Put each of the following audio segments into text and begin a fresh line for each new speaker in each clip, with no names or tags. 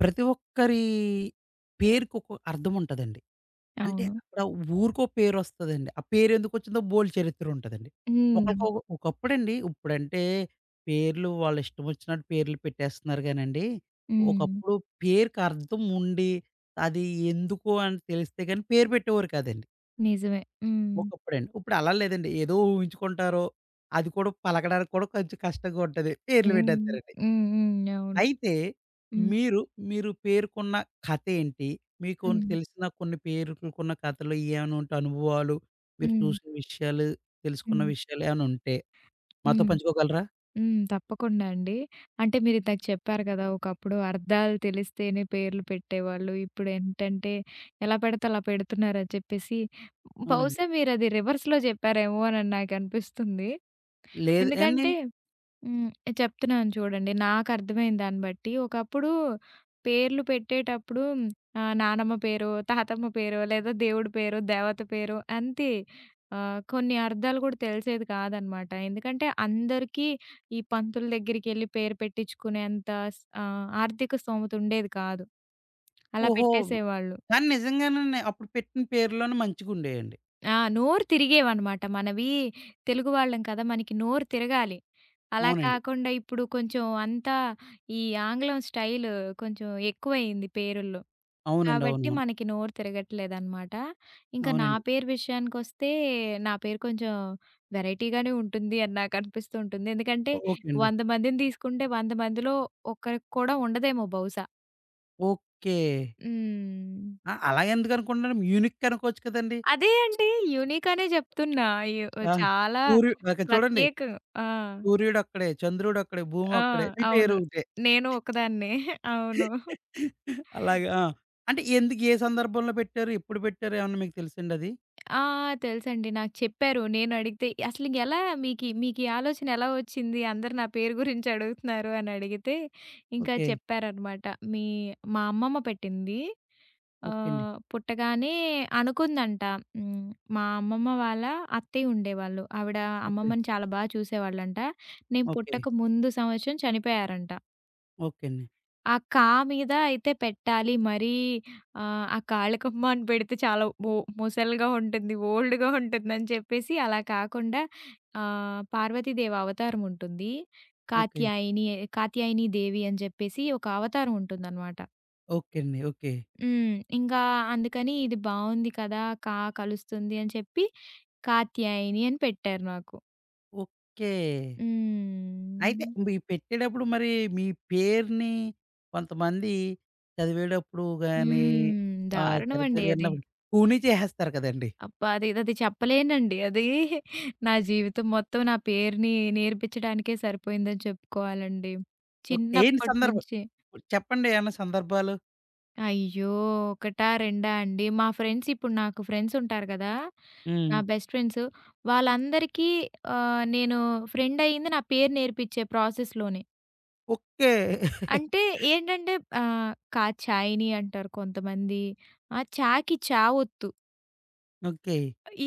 ప్రతి ఒక్కరి పేరుకొక అర్థం ఉంటదండి. అంటే
అవును.
అక్కడ ఊరికో పేరొస్తదండి. ఆ పేరెందుకొచ్చిందో బోలెడు చరిత్రుంటదండి.
హ్మ్.
ఒకళ్ళకొ ఒకప్పుడండి, ఇప్పుడంటే పేర్లు వాళ్ళిష్టమొచ్చినట్టు పేర్లు పెట్టేస్తున్నారు గానండి.
హ్మ్.
ఒకప్పుడు పేరుకర్థం ఉండి, అది ఎందుకు అని తెలిస్తే గాని పేరు పెట్టేవారు కాదండి.
నిజమే. హ్మ్.
ఒకప్పుడండి. ఇప్పుడలా లేదండి. ఏదో ఊహించుకుంటారు. అది కూడా పలకడానికి కూడా కొంచెం కష్టంగా ఉంటది. పేర్లు
హ్మ్.
పెట్టేత్తారండి.
హ్మ్. హ్మ్. అవును.
అయితే
హ్మ్.
మీరు, మీరు పేరుకున్న కథేంటి? మీకు
హ్మ్.
తెలిసిన కొన్ని పేరుకున్న కథలు ఏమైనా ఉంటే అనుభవాలు, మీరు
హ్మ్.
చూసిన విషయాలు, తెలుసుకున్న
హ్మ్.
విషయాలు ఏమైనా ఉంటే మాతో
హ్మ్.
పంచుకోగలరా?
హ్మ్. తప్పకుండా అండి. అంటే మీరిందాక చెప్పారు కదా! ఒకప్పుడు అర్థాలు తెలిస్తేనే పేర్లు పెట్టేవాళ్ళు. ఇప్పుడేంటంటే ఎలా పడితే అలా పెడుతున్నారని చెప్పేసి
అవునండి.
బహుశా మీరది రివర్స్‌లో చెప్పారేమో అని నాకనిపిస్తుంది.
లేదు అండి.
ఎందుకంటే హ్మ్. చెప్తున్నాను చూడండి. నాకర్థమైంది దాన్ని బట్టి. ఒకప్పుడు పేర్లు పెట్టేటప్పుడు నానమ్మ పేరో, తాతమ్మ పేరో, లేదా దేవుడి పేరో, దేవత పేరో అంతే. కొన్ని అర్థాలు కూడా తెలిసేది కాదనమాట. ఎందుకంటే అందరికీ ఈ పంతుల దగ్గరికెళ్ళి పేరు పెట్టించుకునేంత ఆర్థిక స్తోమత ఉండేది కాదు. అలా
ఓహో!
పెట్టేసేవాళ్ళు.
కానీ నిజంగానండి, అప్పుడు పెట్టిన పేర్లోనే మంచిగుండేయండి.
ఆ! నోరు తిరిగేవన్నమాట. మనవి తెలుగు వాళ్ళం కదా! మనకి నోరు తిరగాలి. అలా
అవునండి.
కాకుండా ఇప్పుడు కొంచెం అంతా ఈ ఆంగ్లం స్టైల్ కొంచెం ఎక్కువయింది పేరుల్లో.
అవునండి.
కాబట్టి
అవునవును.
మనకి నోరు తిరగట్లేదనమాట. ఇంకా నా
అవునండి.
పేరు విషయానికొస్తే నా పేరు కొంచెం వెరైటీగానే ఉంటుంది అని నాకనిపిస్తూ ఉంటుంది. ఎందుకంటే
ఓకే అండి.
100 మందిని తీసుకుంటే 100 మందిలో ఒక్కరికి కూడా ఉండదేమో బహుశా.
ఓకే.
హ్మ్.
ఆ! అలా ఎందుకనుకుంటున్నాను. యూనిక్ అనుకోవచ్చు కదండీ!
అదే అండి. యూనిక్ అనే చెప్తున్నా. యు
ఆ!
చాలా
సూర్యు అక్కడ చూడండి.
ప్రత్యేకం. ఆ!
సూర్యుడొక్కడే, చంద్రుడొక్కడే,
ఆ!
భూమొక్కడే. మీ
అవును.
పేరొకటే.
నేను ఒక్కదాన్నే. అవును.
అలాగా. ఆ! అంటే ఎందుకు ఏ సందర్భంలో పెట్టారు? ఎప్పుడు పెట్టారు? ఏమన్నా మీకు తెలుసండి అది?
ఆ! తెలుసండి. నాకు చెప్పారు. నేనడిగితే అసలు ఎలా మీకీ ఆలోచన ఎలా వచ్చింది? అందరూ నా పేరు గురించి అడుగుతున్నారు అని అడిగితే, ఇంకా
ఓకే.
చెప్పారనమాట. మీ మా అమ్మమ్మ పెట్టింది.
ఓకే అండి.
పుట్టగానే అనుకుందంట. హ్మ్. మా అమ్మమ్మ వాళ్ళ అత్తయ్య ఉండేవాళ్ళు. ఆవిడ
ఓకే.
అమ్మమ్మని చాలా బా చూసేవాళ్ళంట. నేను
ఓకే.
పుట్టక ముందు సంవత్సరం చనిపోయారంట.
ఓకే అండి.
ఆ కా మీద అయితే పెట్టాలి. మరీ ఆ కాళ్ళకమ్మ అని పెడితే చాలా మొసలుగా ఉంటుంది. ఓల్డ్‌గా ఉంటుందని చెప్పేసి అలా కాకుండా పార్వతీదేవి అవతారం ఉంటుంది.
ఓకే.
కాత్యాయని కాత్యాయని దేవి అని చెప్పేసి ఒక అవతారం ఉంటుందనమాట.
ఓకే అండి. ఓకే.
హ్మ్. ఇంకా అందుకని ఇది బావుంది కదా! కా కలుస్తుంది అని చెప్పి కాత్యాయని అని పెట్టారు నాకు.
ఓకే. అయితే
హ్మ్.
మీ పెట్టేటప్పుడు మరి మీ పేరుని కొంతమంది చదివేటప్పుడు గాని,
హ్మ్.
తర్వాత
దారుణమండి అది.
విన్నప్పుడు కూనీ చేసేస్తారు కదండీ!
అబ్బా! అది అది చెప్పలేనండి. అది నా జీవితం మొత్తం నా పేరుని నేర్పించడానికే సరిపోయిందని చెప్పుకోవాలండి.
ఓకే. ఏంటి
చిన్నప్పటి
సందర్భం?
నుంచి
చెప్పండి ఏమన్నా సందర్భాలు?
అయ్యో! ఒకటా, రెండా అండి. మా ఫ్రెండ్స్ ఇప్పుడు నాకు ఫ్రెండ్స్ ఉంటారు కదా! నా
హ్మ్.
బెస్ట్ ఫ్రెండ్స్ వాళ్ళందరికీ నేను ఫ్రెండ్ అయింది నా పేరు నేర్పించే ప్రాసెస్‌లోనే.
ఓకే.
అంటే ఏంటంటే 'కాచాయిని' అంటారు కొంతమంది. 'చాకి చావొత్తు.'
ఓకే.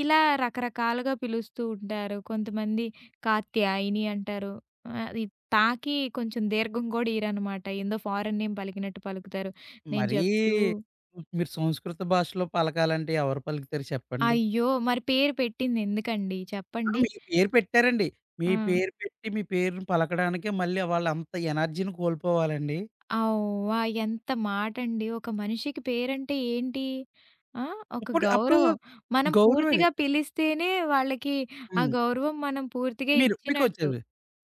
ఇలా రకరకాలుగా పిలుస్తూ ఉంటారు. కొంతమంది కాత్యాయిని అంటారు. అది తాకి కొంచెం దీర్ఘం గూడా ఇయ్యరనమాట. ఏందో ఫారెన్ నేమ్ పలికినట్టు పలుకుతారు. నేను
మరీ
చెప్తూ
మీరు సంస్కృత భాషలో పలకాలంటే ఎవరు పలుకుతారు చెప్పండి?
అయ్యో! మరి పేరు పెట్టిందెందుకండి
ఆ!
చెప్పండి?
మీ పేరు పెట్టారండి. మీ
ఆ!
పేరు పెట్టి మీ పేరుని పలకడానికే మళ్ళీ వాళ్ళంత ఎనర్జీని కోల్పోవాలండి.
అవ్వ! ఎంత మాటండి. ఒక మనిషికి పేరంటే ఏంటి? ఆ! ఒక
ఇప్పుడు అప్పుడు
గౌరవం. మనం
గౌరవమే.
పూర్తిగా పిలిస్తేనే వాళ్ళకి ఆ
హ్మ్.
గౌరవం మనం పూర్తిగా
మీరు
ఇచ్చినట్టు.
మీకొచ్చేది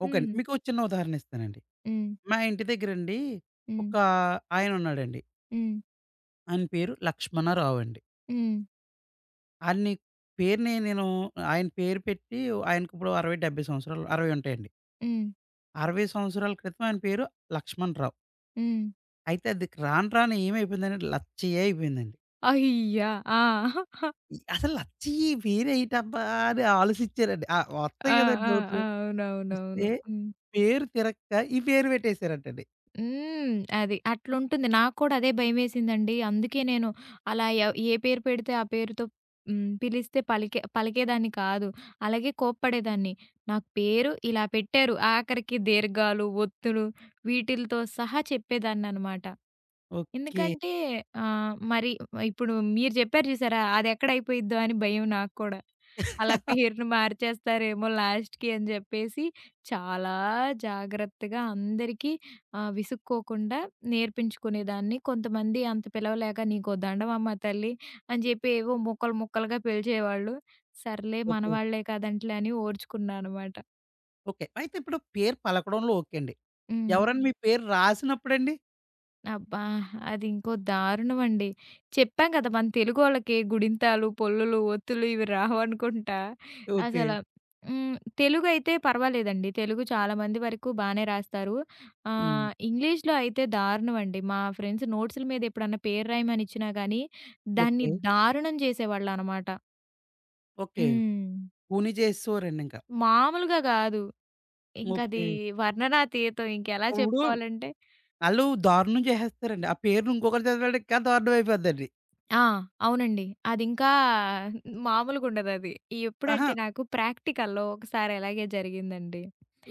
ఓకే అండి.
హ్మ్.
మీకో చిన్న ఉదాహరణ ఇస్తానండి.
హ్మ్.
మా ఇంటి దగ్గరండి
హ్మ్.
ఒక ఆయనున్నాడండి.
హ్మ్.
ఆయన పేరు లక్ష్మణరావు అండి.
హ్మ్.
ఆయన్ని పేరుని నేను ఆయన పేరు పెట్టి ఆయనకిప్పుడు 60, 70 సంవత్సరాలు 60 ఉంటాయండి.
హ్మ్. హ్మ్.
60 సంవత్సరాల క్రితం ఆయన పేరు లక్ష్మణరావు.
హ్మ్.
అయితే అది రాను రాను ఏమైపోయిందంటే లచ్చయ్యే అయిపోయిందండి.
అయ్యా! ఆ!
ఇ అసలు లచ్చయ్యి పేరేటబ్బా అని ఆలోచించారండి. వస్తాయి
ఆ!
కదండీ
ఆ! ఆ!
డౌట్‌లు.
అవునవునవును.
వస్తే
హ్మ్.
పేరు తిరక్క ఈ పేరు పెట్టేసారంటండి.
హ్మ్. అది. అట్లుంటుంది. నాకు కూడా అదే భయమేసిందండి. అందుకే నేను అలా ఏ పేరు పెడితే ఆ పేరుతో హ్మ్. పిలిస్తే పలికేదాన్ని కాదు. అలాగే కోప్పడేదాన్ని. నాకు పేరు ఇలా పెట్టారు. ఆఖరికి దీర్ఘాలు, ఒత్తులు వీటిలతో సహా చెప్పేదాన్ననమాట.
ఓకే.
ఎందుకంటే మరి ఇప్పుడు మీరు చెప్పారు చూసారా? అదెక్కడ అయిపోయిద్దో అని భయం నాకు కూడా. అలా పేరును మార్చేస్తారేమో లాస్ట్‌కి అని చెప్పేసి చాలా జాగ్రత్తగా అందరికీ విసుక్కోకుండా నేర్పించుకునేదాన్ని. కొంతమంది అంత పిలవలేక "నీకో దండమమ్మ తల్లి" అని చెప్పి ఏవో ముక్కలు ముక్కలుగా పిలిచేవాళ్ళు. సర్లే
ఓకే.
మనవాళ్లే కదండీలే అని ఓర్చుకున్నా అనమాట.
ఓకే. అయితే ఇప్పుడు పేరు పలకడంలో ఓకే అండి.
హ్మ్.
ఎవరైనా మీ పేరు రాసినప్పుడండి?
అబ్బా! అది ఇంకో దారుణమండి. చెప్పాం కదా! మన తెలుగోళ్ళకి గుడింతాలు, పొల్లులు, ఒత్తులు ఇవి రావనుకుంటా.
ఓకే.
అసల హ్మ్. తెలుగైతే పర్వాలేదండి. తెలుగు చాలా మంది వరకు బానే రాస్తారు.
హ్మ్.
ఇంగ్లీష్‌లో అయితే దారుణమండి. మా ఫ్రెండ్స్ నోట్స్‌ల మీద ఎప్పుడన్నా పేరు రాయమని ఇచ్చినా గానీ, దాన్ని
ఓకే.
దారుణం చేసేవాళ్ళనమాట.
ఓకే.
హ్మ్.
కూని చేసేసేవారండి ఇంకా.
మామూలుగా గాదు. ఇంకది
ఓకే.
వర్ణనాతీతం ఇంకెలా
ఇప్పుడు
చెప్పుకోవాలంటే
ఆళ్ళు దారుణం చేసేస్తారండి. ఆ పేరుని ఇంకొకరు చదివాడు ఇంకా దారుణం అయిపోద్దండి.
ఆ! అవునండి. అదింకా మామూలుగుండదది.
ఆహా!
ఎప్పుడంటే నాకు ప్రాక్టికల్‌లో ఒకసారి ఇలాగే జరిగిందండి.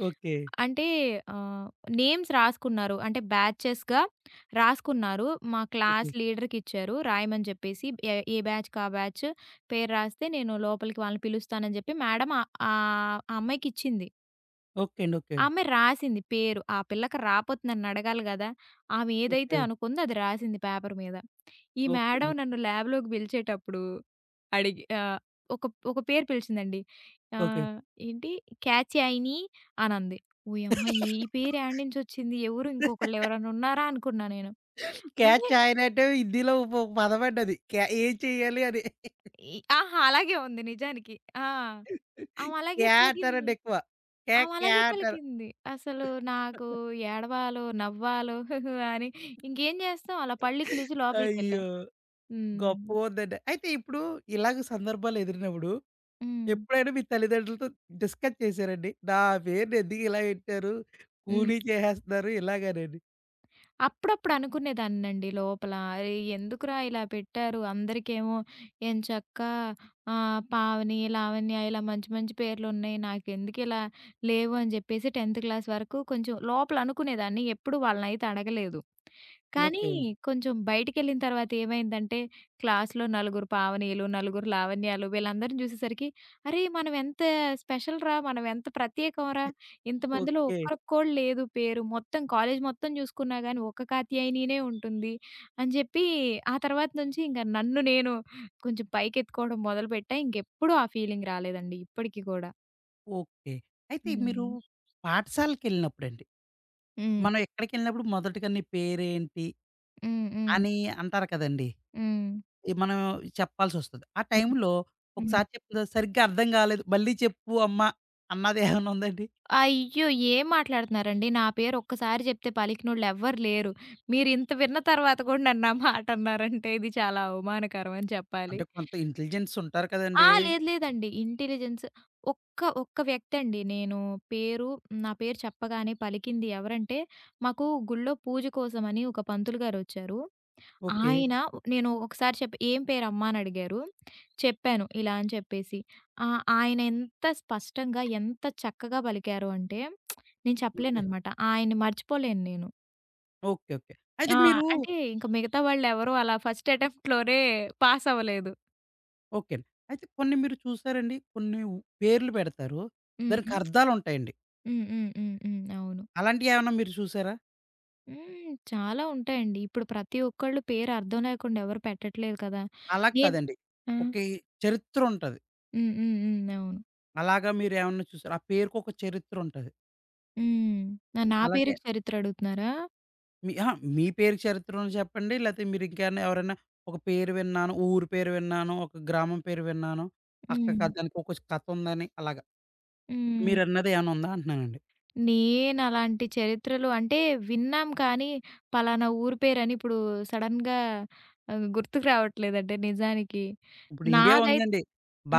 ఓకే.
అంటే ఆహ్, నేమ్స్ రాసుకున్నారు. అంటే బ్యాచెస్‌గా రాసుకున్నారు. మా క్లాస్
ఓకే.
లీడర్‌కిచ్చారు రాయమని జెప్పేసి. ఏ ఏ బ్యాచ్‌కి ఆ బ్యాచ్ పేరు రాస్తే నేను లోపలికి వాళ్ళని పిలుస్తానని జెప్పి మేడం ఆ అమ్మాయికిచ్చింది.
ఓకే అండి. ఓకే.
ఆమె రాసింది పేరు. ఆ పిల్లకి రాపోతే నన్నడగాలి గదా! ఆమె ఏదైతే
ఓకే.
అనుకుందో అది రాసింది పేపర్ మీద. ఈ
ఓకే
మేడం
అండి.
నన్ను ల్యాబ్‌లోకి పిలిచేటప్పుడు అడిగి ఒక ఒక పేరు పిలిచిందండి.
ఓకే.
ఆహ్, ఏంటి "క్యాత్యాయిని" అనంది. ఓయమ్మ! ఈ పేరు ఏడ్నుంచొచ్చింది? ఎవరు ఇంకొకళ్ళు ఎవరైనా ఉన్నారా? అనుకున్నా నేను. అంటే
క్యాచ్ ఆయనంటే హిందీలో ఒక పదమండి అది. క్యా ఏం చేయాలి అని.
ఈ ఆహా! అలాగే ఉంది నిజానికి. ఆ! ఆమె అలాగే
క్యా
పలికింది.
అంటారండి ఎక్కువ. క్యా
ఆమె
క్యా
అలాగే
అంటారు.
పలికింది. అసలు నాకు ఏడవాలో, నవ్వాలో అని ఇంకేం చేస్తాం అలా పళ్ళికిలిచి లోపలికెళ్ళా.
అయ్యో!
హ్మ్.
గొప్పగుందండి. అయితే ఇప్పుడు ఇలాగ సందర్భాలు ఎదిరినప్పుడు
హ్మ్.
ఎప్పుడైనా మీ తల్లిదండ్రులతో డిస్కస్ చేసారండి? నా పేరుని ఎందుకు ఇలా పెట్టారు?
హ్మ్.
కూలీ చేసేస్తున్నారు ఇలాగనండి.
అప్పుడప్పుడు అనుకునేదాన్నండి లోపల. అరే! ఎందుకురా ఇలా పెట్టారు? అందరికేమో ఎంచక్కా పావని, లావణ్య ఇలా మంచి మంచి పేర్లున్నాయి. నాకెందుకిలా లేవు అని చెప్పేసి 10థ్ క్లాస్ వరకు కొంచెం లోపల అనుకునేదాన్ని. ఎప్పుడు వాళ్ళనైతే అడగలేదు. కానీ
ఓకే.
కొంచెం బయటికెళ్ళిన తర్వాత ఏమైందంటే, క్లాస్‌లో నలుగురు పావనీలు, నలుగురు లావణ్యాలు వీళ్ళందరిని చూసేసరికి, అరే! మనం ఎంత స్పెషల్‌రా, మనం ఎంత ప్రత్యేకంరా, ఇంతమందిలో
ఓకే.
ఒక్కరికి కూడా లేదు పేరు. మొత్తం కాలేజ్ మొత్తం చూసుకున్నా గానీ ఒక్క కాత్యాయనినే ఉంటుంది అని చెప్పి, ఆ తర్వాత నుంచి ఇంక నన్ను నేను కొంచెం పైకెత్తుకోవడం మొదలుపెట్టా. ఇంకెప్పుడూ ఆ ఫీలింగ్ రాలేదండి ఇప్పటికి కూడా.
ఓకే. అయితే మీరు
హ్మ్.
పాఠశాలకెళ్ళినప్పుడండి,
హ్మ్.
మనం ఎక్కడికెళ్ళినప్పుడు మొదటగా నీ పేరేంటి?
హ్మ్. హ్మ్.
అని అంటారు కదండీ!
హ్మ్.
ఈ మనం చెప్పాల్సొస్తది. ఆ
హ్మ్.
టైంలో
హ్మ్.
ఒకసారి చెప్పింది సరిగ్గా అర్థం కాలేదు. మళ్ళీ చెప్పు అమ్మ అన్నది ఏమన్నా ఉందండి?
అయ్యో! ఏం మాట్లాడుతున్నారండి? నా పేరు ఒక్కసారి జెప్తే పలికినోళ్ళెవ్వరు లేరు. మీరింత విన్న తర్వాత గూడా నన్ను ఆ మాటన్నారంటే ఇది చాలా అవమానకరం అని చెప్పాలి.
అంటే కొంత ఇంటెలిజెన్స్ ఉంటారు
ఆ!
కదండీ!
లేదు లేదండి. ఇంటెలిజెన్స్ ఒక్క ఒక్క వ్యక్తండి. నేను పేరు నా పేరు చెప్పగానే పలికింది ఎవరంటే, మాకు గుళ్ళో పూజ కోసమని ఒక పంతులు గారొచ్చారు.
ఓకే.
ఆయన నేను ఒకసారి చెప్పి "ఏం పేరమ్మా?" అని అడిగారు. చెప్పాను ఇలా అని చెప్పేసి. ఆయన ఎంత స్పష్టంగా, ఎంత చక్కగా పలికారు అంటే, నేను
ఓకే.
చెప్పలేననమాట. ఆయన్ని మర్చిపోలేను నేను.
ఓకే. ఓకే. అయితే
ఆ!
మీరు
అంటే ఇంక మిగతా వాళ్ళెవరు అలా ఫస్ట్ అటెంప్ట్‌లోనే పాస్ అవ్వలేదు.
ఓకే అండి. అయితే కొన్ని మీరు చూసారండి కొన్ని ఉ పేర్లు పెడతారు.
హ్మ్.
దానికి
హ్మ్.
అర్థాలుంటాయండి.
హ్మ్. హ్మ్. హ్మ్. హ్మ్. అవును.
అలాంటియేమన్నా మీరు చూసారా?
హ్మ్. చాలా ఉంటాయండి. ఇప్పుడు ప్రతి ఒక్కళ్ళు పేరు అర్థం లేకుండా ఎవరు పెట్టట్లేదు కదా!
అలా
నేను
కాదండి.
ఆ!
ఓకే. చరిత్ర ఉంటది.
హ్మ్. హ్మ్. హ్మ్. అవును.
అలాగా మీరేమన్నా చూసారా? ఆ పేరుకొక చరిత్ర ఉంటది.
హ్మ్. నా నా పేరుకి
అలాంటియేమన్నా
చరిత్ర అడుగుతున్నారా?
మీ అహా! మీ పేరు చరిత్రను చెప్పండి. లేతే మీరింకేమన్నా ఎవరైనా ఒక పేరు విన్నాను, ఊరు పేరు విన్నాను, ఒక గ్రామం పేరు విన్నాను. అక్క
హ్మ్.
కథానికి ఒక కథ ఉందని అలాగా.
హ్మ్.
మీరన్నది ఏమన్నా ఉందా అంటున్నానండి.
నేనలాంటి చరిత్రలు అంటే విన్నాం కానీ, పలానా ఊరు పేరని ఇప్పుడు సడెన్‌గా గుర్తుకు రావట్లేదండి నిజానికి.
ఇప్పుడు ఇండియా
నాదై
ఉందండి.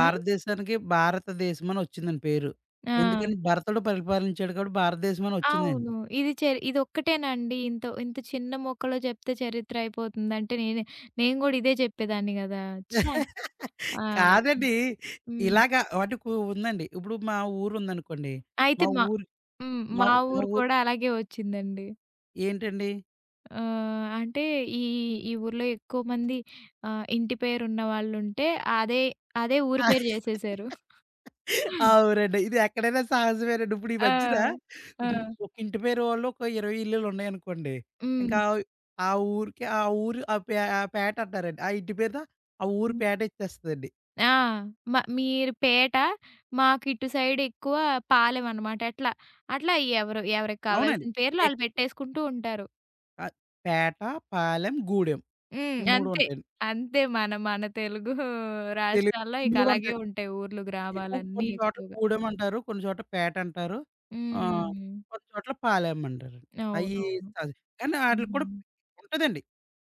ఆ!
భారతదేశం అని వచ్చిందండి పేరు.
ఆ!
ఎందుకని భరతుడు పరిపాలించాడు కాబట్టి భారతదేశం అని వచ్చిందండి.
అవును. ఇది చరి ఇదొక్కటేనండి ఇంత ఇంత చిన్న ముక్కలో చెప్తే చరిత్ర అయిపోతుంది అంటే నేనే నేను గూడా ఇదే చెప్పేదాన్ని గదా! ఛా! ఆ!
కాదండి.
హ్మ్.
ఇలాగా వాటికి ఉందండి. ఇప్పుడు మా ఊరు ఉందనుకోండి.
అయితే
మా
మా
ఊరు
హ్మ్.
మా
మా
మా
ఊరు
ఊరు
కూడా అలాగే వచ్చిందండి.
ఏంటండి?
అంటే ఈ ఈ ఊర్లో ఎక్కువ మంది ఇంటి పేరున్న వాళ్ళుంటే అదే, అదే ఊరి పేరు జేసేసారు.
అవునండి. ఇది ఎక్కడైనా సహజమేనండి. ఇప్పుడు ఈ
ఆ!
మధ్యన
ఆ!
హ్మ్. ఒక ఇంటి పేరు వాళ్ళు ఒక 20 ఇల్లులు ఉన్నాయనుకోండి.
హ్మ్.
ఇంకా ఆ ఊరికి ఆ ఊరు ఆ పే ఆ పేట అంటారండి. ఆ ఇంటి పేరుతో ఆ ఊరు
హ్మ్.
పేట ఇచ్చేస్తదండి.
ఆ! మ మీరు పేట, మాకు ఇటు సైడ్ ఎక్కువ పాలెం అనమాట. అట్లా. అట్లా ఎవరు ఎవరికి
అవునండి.
కావాల్సిన పేర్లు
ఎక్
ఆళ్ళు పెట్టేసుకుంటూ ఉంటారు.
ఆహ్, పేట, పాలెం, గూడెం
హ్మ్.
ఈ 3
అంతే.
ఉంటాయండి.
అంతే మన మన తెలుగు
తెలు
రాష్ట్రాల్లో ఇక
3
అలాగే
ఉంటాయండి.
ఉంటాయి ఊర్లు,
ఎక్కువ
గ్రామాలన్నీ
కొన్ని చోట్ల
ఎక్కువగా.
గూడెమంటారు. కొన్ని చోట్ల పేటంటారు. ఆహ్,
హ్మ్.
కొన్ని చోట్ల పాలెమంటారు. అయ్యి
అవునవును.
అది. కానీ ఆటిలికి కూడా
హ్మ్.
ఉంటదండి.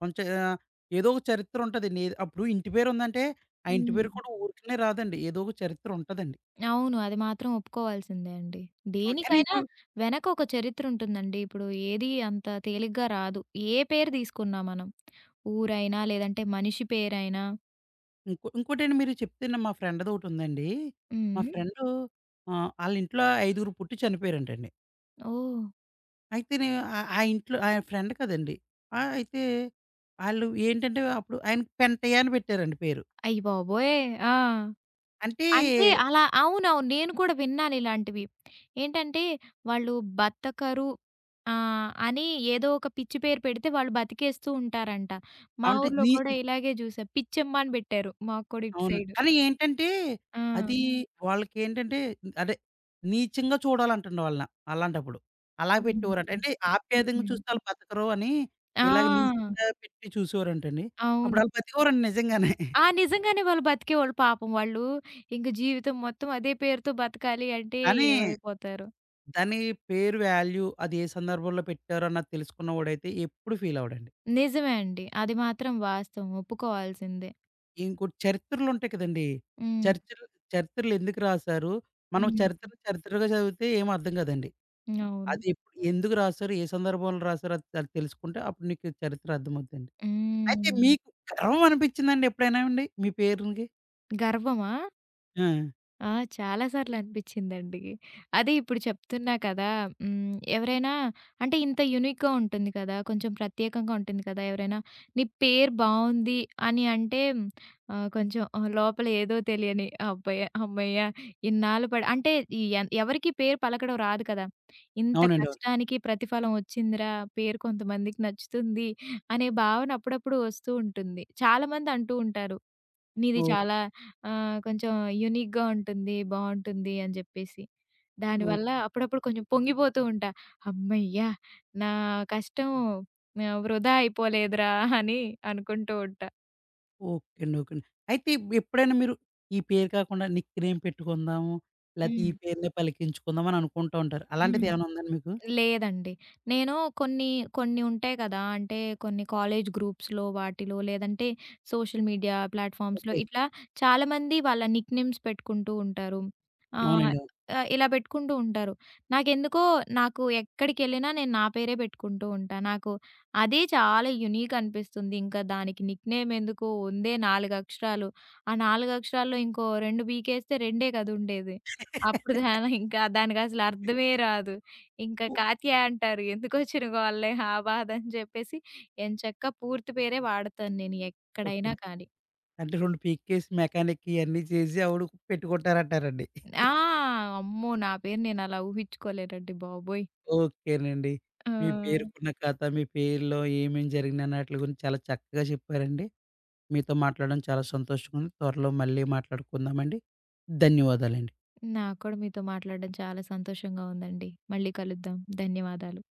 కొంచెం ఏదో ఒక చరిత్ర ఉంటదండి. ఏది అప్పుడు ఇంటి పేరుందంటే, ఆ ఇంటి పేరు
హ్మ్.
కూడా ఊరికనే రాదండి. ఏదో ఒక చరిత్ర ఉంటదండి.
అవును. అది మాత్రం ఒప్పుకోవాల్సిందే అండి.
ఆ! కానీ
దేనికైనా
ఇంకో
వెనక ఒక చరిత్ర ఉంటుందండి. ఇప్పుడు ఏది అంత తేలిగ్గా రాదు. ఏ పేరు తీసుకున్నా మనం. ఊరైనా, లేదంటే మనిషి పేరైనా.
ఇంకో ఇంకోటండి మీరు చెప్తేను మా ఫ్రెండ్‌దొకటుందండి. మా
హ్మ్.
ఫ్రెండు ఆళ్ళింట్లో ఐదుగురు పుట్టి చనిపోయారంటండి.
ఓహ్!
అయితే నే ఆ ఆ ఇంట్లో ఆయన ఫ్రెండ్ కదండీ. ఆ! అయితే ఆళ్ళు ఏంటంటే అప్పుడు ఆయనకి పెంటయ్య అని పెట్టారండి పేరు.
అయ్యబాబోయ్! ఆ!
అంటే
అంటే అలా అవునవును. నేను కూడా విన్నాను ఇలాంటివి. ఏంటంటే వాళ్ళు బతకరు అని ఏదో ఒక పిచ్చి పేరు పెడితే వాళ్ళు బతికేస్తూ ఉంటారంట. మా
అంటే
ఊర్లో
నీ
కూడా ఇలాగే చూసా. పిచ్చమ్మ అని పెట్టారు. మాకు కూడా ఇటు
అవును.
సైడు.
కానీ ఏంటంటే
ఆ!
అది వాళ్ళకేంటంటే అదే నీచంగా చూడాలంటండి వాళ్ళని. అలాంటప్పుడు. అలా
హ్మ్.
పెట్టేవారంట. అంటే ఆప్యాయంగా
హ్మ్.
చూస్తే ఆళ్ళు బతకరు అని ఇలాగ
ఆ!
నీచంగా పెట్టి చూసేవారంటండి. అప్పుడు
అవును.
ఆళ్ళు బతికేవారండి నిజంగానే.
ఆ! నిజంగానే వాళ్ళు బతికేవాళ్ళు పాపం. వాళ్ళు ఇంక జీవితం మొత్తం అదే పేరుతో బతకాలి అంటే
కానీ
ఏమైపోతారో.
దాని పేరు వాల్యూ అది ఏ సందర్భంలో పెట్టారో అన్నది తెలుసుకున్నవాడైతే ఎప్పుడు ఫీల్ అవ్వడండి.
నిజమే అండి. అది మాత్రం వాస్తవం. ఒప్పుకోవాల్సిందే.
ఇంకోటి చరిత్రలుంటాయి కదండీ!
హ్మ్.
చరిత్రలు చరిత్రలెందుకు రాసారు? మనం
హ్మ్.
చరిత్ర చరిత్రగా చదివితే ఏమి అర్థం కాదండి.
అవును.
అది ఎప్పుడు ఎందుకు రాసారు? ఏ సందర్భంలో రాసారు? అది అది తెలుసుకుంటే అప్పుడు నీకు చరిత్ర అర్థమవుద్దండి. అయితే
హ్మ్.
మీకు గర్వం అనిపించిందండి ఎప్పుడైనా అండి మీ పేరుకి?
గర్వమా?
ఆ!
ఆ! చాలా సార్లు అనిపించిందండి. అదే ఇప్పుడు చెప్తున్నా కదా! హ్మ్. ఎవరైనా అంటే ఇంత యూనిక్‌గా ఉంటుంది కదా! కొంచెం ప్రత్యేకంగా ఉంటుంది కదా! ఎవరైనా నీ పేరు బావుంది అని అంటే కొంచెం లోపల ఏదో తెలియని అబ్బయ్య! హమ్మయ్య! ఇన్నాళ్ళు పడి అంటే ఈ ఎవరికీ పేరు పలకడం రాదు కదా! ఇంత
అవునండి. అవును.
కష్టానికి ప్రతిఫలం వచ్చిందిరా! పేరు కొంతమందికి నచ్చుతుంది అనే భావన అప్పుడప్పుడు వస్తూ ఉంటుంది. చాలామంది అంటూ ఉంటారు. నీది
ఓహ్!
చాలా కొంచెం యూనిక్‌గా ఉంటుంది. బావుంటుంది అని జెప్పేసి.
ఓహ్!
దానివల్ల అప్పుడప్పుడు కొంచెం పొంగిపోతూ ఉంటా. హమ్మయ్య! నా కష్టం వృధా అయిపోలేదురా అని అనుకుంటూ ఉంటా.
ఓకే అండి. ఓకే అండి. అయితే ఇప్ ఎప్పుడైనా మీరు ఈ పేరు కాకుండా నిక్ నేమ్ పెట్టుకుందాము, లేతే ఈ
హ్మ్.
పేరునే పలికించుకుందాం అని అనుకుంటూ ఉంటారు.
హ్మ్.
అలాంటిదేమైనా ఉందండి మీకు?
లేదండి. నేను కొన్ని, కొన్ని ఉంటాయి కదా! అంటే కొన్ని కాలేజ్ గ్రూప్స్‌లో వాటిలో లేదంటే సోషల్ మీడియా ప్లాట్‌ఫార్మ్స్‌లో
ఓకే.
ఇట్లా చాలామంది వాళ్ళ నిక్‌నేమ్స్ పెట్టుకుంటూ ఉంటారు. ఆహ్,
అవునండి. అవును.
ఇలా పెట్టుకుంటూ ఉంటారు. నాకెందుకో నాకు ఎక్కడికెళ్ళినా నేను నా పేరే పెట్టుకుంటూ ఉంటా. నాకు అదే చాలా యూనిక్ అనిపిస్తుంది. ఇంకా దానికి నిక్‌నేమ్ ఎందుకు ఉందే 4 అక్షరాలు. ఆ 4 అక్షరాల్లో ఇంకో 2 పీకేస్తే 2 కదా! ఉండేది. అప్పుడు దాని ఇంకా దానికసలు అర్థమే రాదు. ఇంకా కాత్యాయ అంటారు. ఎందుకొచ్చిన గోలలే ఆ బాధ అని చెప్పేసి ఎంచక్కా పూర్తి పేరే వాడతాను నేను
ఓకే.
ఎక్కడైనా కానీ.
అంటే 2 పీకేసి మెకానిక్ ఇయన్నీ చేసి ఆవిడ పెట్టుకుంటారంటారండి.
ఆ! అమ్మో! నా పేరు నేనలా ఊహించుకోలేనండి బాబోయ్!
ఓకేనండి.
ఆ!
మీ పేరుకున్న కథ, మీ పేరులో ఏమేం జరిగినాయని ఆటిలి గురించి చాలా చక్కగా చెప్పారండి. మీతో మాట్లాడడం చాలా సంతోషంగా ఉంది. త్వరలో మళ్ళీ మాట్లాడుకుందామండి. ధన్యవాదాలండి.
నాకు కూడా మీతో మాట్లాడడం చాలా సంతోషంగా ఉందండి. మళ్ళీ కలుద్దాం. ధన్యవాదాలు.